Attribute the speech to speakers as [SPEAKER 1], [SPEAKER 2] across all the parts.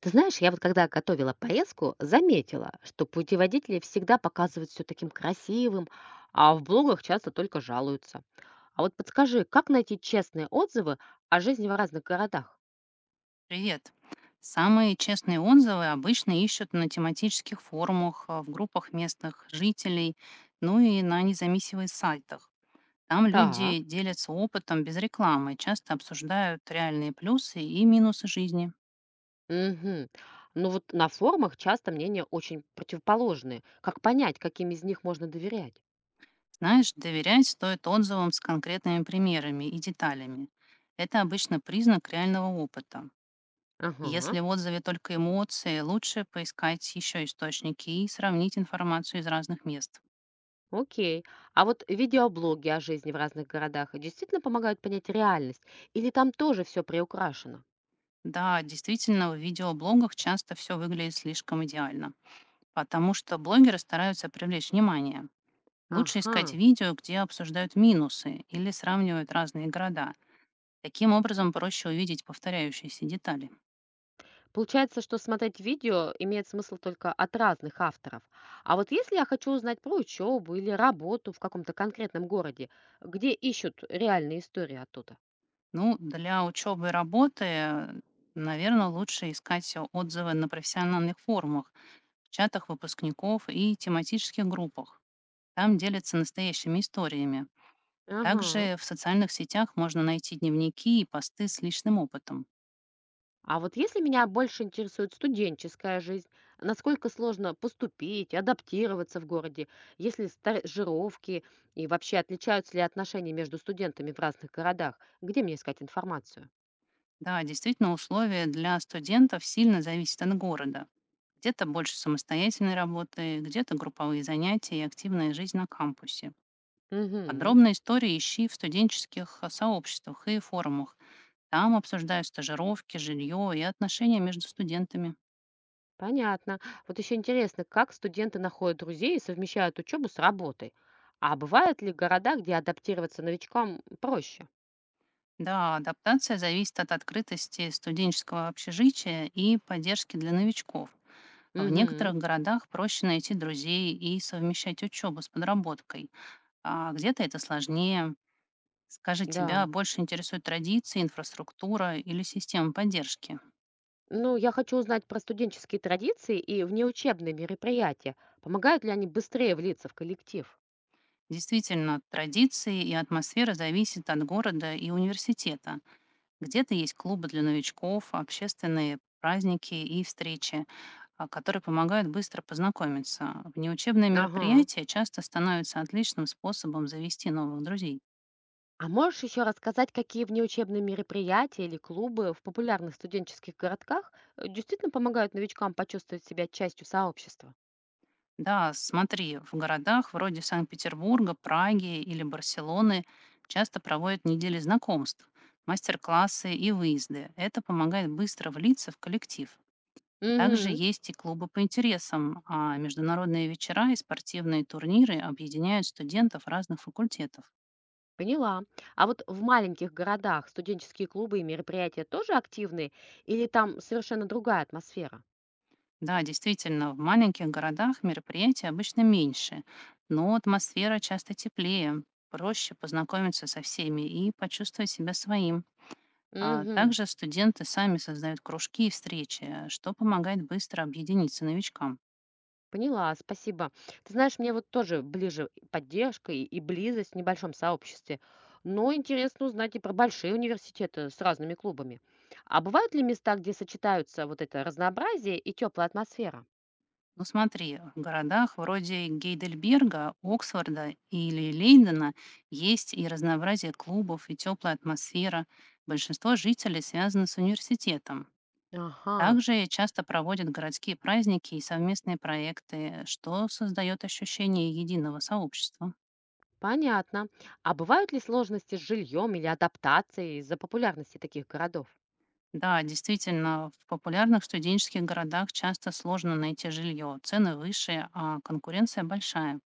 [SPEAKER 1] Ты знаешь, я вот когда готовила поездку, заметила, что путеводители всегда показывают все таким красивым, а в блогах часто только жалуются. А вот подскажи, как найти честные отзывы о жизни в разных городах?
[SPEAKER 2] Привет. Самые честные отзывы обычно ищут на тематических форумах, в группах местных жителей, ну и на независимых сайтах. Там
[SPEAKER 1] Так.
[SPEAKER 2] люди делятся опытом без рекламы, часто обсуждают реальные плюсы и минусы жизни.
[SPEAKER 1] Угу. Ну вот на форумах часто мнения очень противоположные. Как понять, каким из них можно доверять?
[SPEAKER 2] Знаешь, доверять стоит отзывам с конкретными примерами и деталями. Это обычно признак реального опыта.
[SPEAKER 1] Ага,
[SPEAKER 2] Если в отзыве только эмоции, лучше поискать еще источники и сравнить информацию из разных мест.
[SPEAKER 1] окей. А вот видеоблоги о жизни в разных городах действительно помогают понять реальность? Или там тоже все приукрашено?
[SPEAKER 2] Да, действительно, в видеоблогах часто все выглядит слишком идеально, потому что блогеры стараются привлечь внимание. Лучше искать
[SPEAKER 1] Ага.
[SPEAKER 2] видео, где обсуждают минусы или сравнивают разные города. Таким образом проще увидеть повторяющиеся детали.
[SPEAKER 1] Получается, что смотреть видео имеет смысл только от разных авторов. А вот если я хочу узнать про учебу или работу в каком-то конкретном городе, где ищут реальные истории оттуда?
[SPEAKER 2] Ну, для учебы и работы, наверное, лучше искать отзывы на профессиональных форумах, чатах выпускников и тематических группах. Там делятся настоящими историями.
[SPEAKER 1] Ага.
[SPEAKER 2] Также в социальных сетях можно найти дневники и посты с личным опытом.
[SPEAKER 1] А вот если меня больше интересует студенческая жизнь, насколько сложно поступить, адаптироваться в городе, если стажировки и вообще отличаются ли отношения между студентами в разных городах, где мне искать информацию?
[SPEAKER 2] Да, действительно, условия для студентов сильно зависят от города. Где-то больше самостоятельной работы, где-то групповые занятия и активная жизнь на кампусе.
[SPEAKER 1] Мгм.
[SPEAKER 2] Подробные истории ищи в студенческих сообществах и форумах. Там обсуждают стажировки, жилье и отношения между студентами.
[SPEAKER 1] Понятно. Вот еще интересно, как студенты находят друзей и совмещают учебу с работой? А бывают ли города, где адаптироваться новичкам проще?
[SPEAKER 2] Да, адаптация зависит от открытости студенческого общежития и поддержки для новичков. В
[SPEAKER 1] Угу,
[SPEAKER 2] некоторых городах проще найти друзей и совмещать учебу с подработкой, а где-то это сложнее. Скажи,
[SPEAKER 1] да.
[SPEAKER 2] тебя больше интересуют традиции, инфраструктура или система поддержки?
[SPEAKER 1] Ну, я хочу узнать про студенческие традиции и внеучебные мероприятия. Помогают ли они быстрее влиться в коллектив?
[SPEAKER 2] Действительно, традиции и атмосфера зависят от города и университета. Где-то есть клубы для новичков, общественные праздники и встречи, которые помогают быстро познакомиться. Внеучебные
[SPEAKER 1] Ага.
[SPEAKER 2] мероприятия часто становятся отличным способом завести новых друзей.
[SPEAKER 1] А можешь еще рассказать, какие внеучебные мероприятия или клубы в популярных студенческих городках действительно помогают новичкам почувствовать себя частью сообщества?
[SPEAKER 2] Да, смотри, в городах вроде Санкт-Петербурга, Праги или Барселоны часто проводят недели знакомств, мастер-классы и выезды. Это помогает быстро влиться в коллектив. Также
[SPEAKER 1] Угу.
[SPEAKER 2] есть и клубы по интересам, а международные вечера и спортивные турниры объединяют студентов разных факультетов.
[SPEAKER 1] Поняла. А вот в маленьких городах студенческие клубы и мероприятия тоже активны или там совершенно другая атмосфера?
[SPEAKER 2] Да, действительно, в маленьких городах мероприятия обычно меньше, но атмосфера часто теплее, проще познакомиться со всеми и почувствовать себя своим. А
[SPEAKER 1] Угу.
[SPEAKER 2] также студенты сами создают кружки и встречи, что помогает быстро объединиться новичкам.
[SPEAKER 1] Поняла, спасибо. Ты знаешь, мне вот тоже ближе и поддержка и близость в небольшом сообществе. Но интересно узнать и про большие университеты с разными клубами. А бывают ли места, где сочетаются вот это разнообразие и теплая атмосфера?
[SPEAKER 2] Ну смотри, в городах вроде Гейдельберга, Оксфорда или Лейдена есть и разнообразие клубов, и теплая атмосфера. Большинство жителей связано с университетом.
[SPEAKER 1] Ага,
[SPEAKER 2] Также часто проводят городские праздники и совместные проекты, что создает ощущение единого сообщества.
[SPEAKER 1] понятно. А бывают ли сложности с жильем или адаптацией из-за популярности таких городов?
[SPEAKER 2] Да, действительно, в популярных студенческих городах часто сложно найти жилье, цены выше, а конкуренция большая.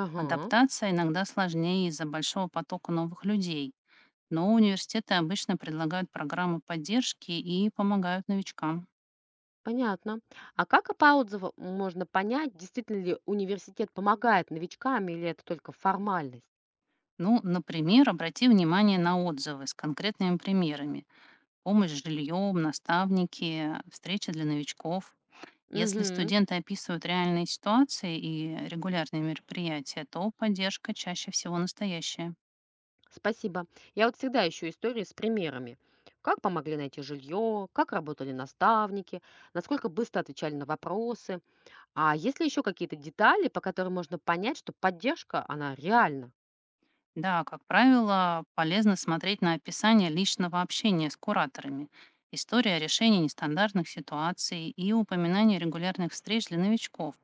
[SPEAKER 1] Ага.
[SPEAKER 2] Адаптация иногда сложнее из-за большого потока новых людей, но университеты обычно предлагают программы поддержки и помогают новичкам.
[SPEAKER 1] Понятно. А как и по отзывам можно понять, действительно ли университет помогает новичкам или это только формальность?
[SPEAKER 2] Ну, например, обрати внимание на отзывы с конкретными примерами. Помощь с жильем, наставники, встречи для новичков. Если
[SPEAKER 1] Угу,
[SPEAKER 2] студенты описывают реальные ситуации и регулярные мероприятия, то поддержка чаще всего настоящая.
[SPEAKER 1] спасибо. Я вот всегда ищу истории с примерами. Как помогли найти жилье, как работали наставники, насколько быстро отвечали на вопросы. А есть ли еще какие-то детали, по которым можно понять, что поддержка, она реальна?
[SPEAKER 2] Да, как правило, полезно смотреть на описание личного общения с кураторами, история решения нестандартных ситуаций и упоминание регулярных встреч для новичков.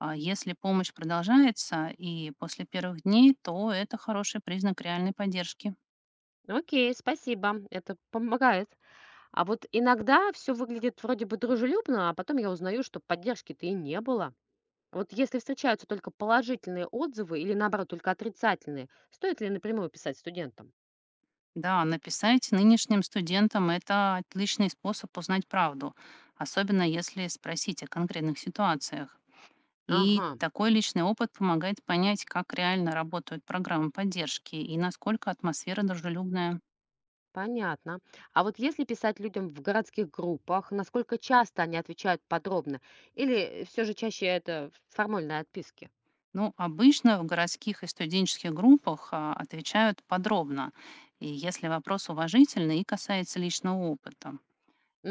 [SPEAKER 2] А если помощь продолжается и после первых дней, то это хороший признак реальной поддержки.
[SPEAKER 1] Окей, спасибо, это помогает. А вот иногда все выглядит вроде бы дружелюбно, а потом я узнаю, что поддержки-то и не было. Вот если встречаются только положительные отзывы или, наоборот, только отрицательные, стоит ли напрямую писать студентам?
[SPEAKER 2] Да, написать нынешним студентам– это отличный способ узнать правду, особенно если спросить о конкретных ситуациях. И
[SPEAKER 1] Ага,
[SPEAKER 2] такой личный опыт помогает понять, как реально работают программы поддержки и насколько атмосфера дружелюбная.
[SPEAKER 1] понятно. А вот если писать людям в городских группах, насколько часто они отвечают подробно? Или все же чаще это формальные отписки?
[SPEAKER 2] Ну, обычно в городских и студенческих группах отвечают подробно, и если вопрос уважительный и касается личного опыта.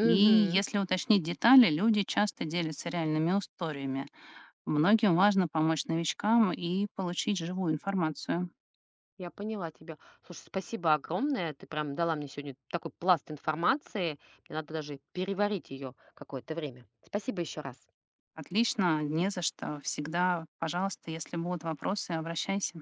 [SPEAKER 2] И если уточнить детали, люди часто делятся реальными историями. Многим важно помочь новичкам и получить живую информацию.
[SPEAKER 1] я поняла тебя. Слушай, спасибо огромное. Ты прям дала мне сегодня такой пласт информации. Мне надо даже переварить ее какое-то время. Спасибо еще раз.
[SPEAKER 2] Отлично, не за что. Всегда, пожалуйста, если будут вопросы, обращайся.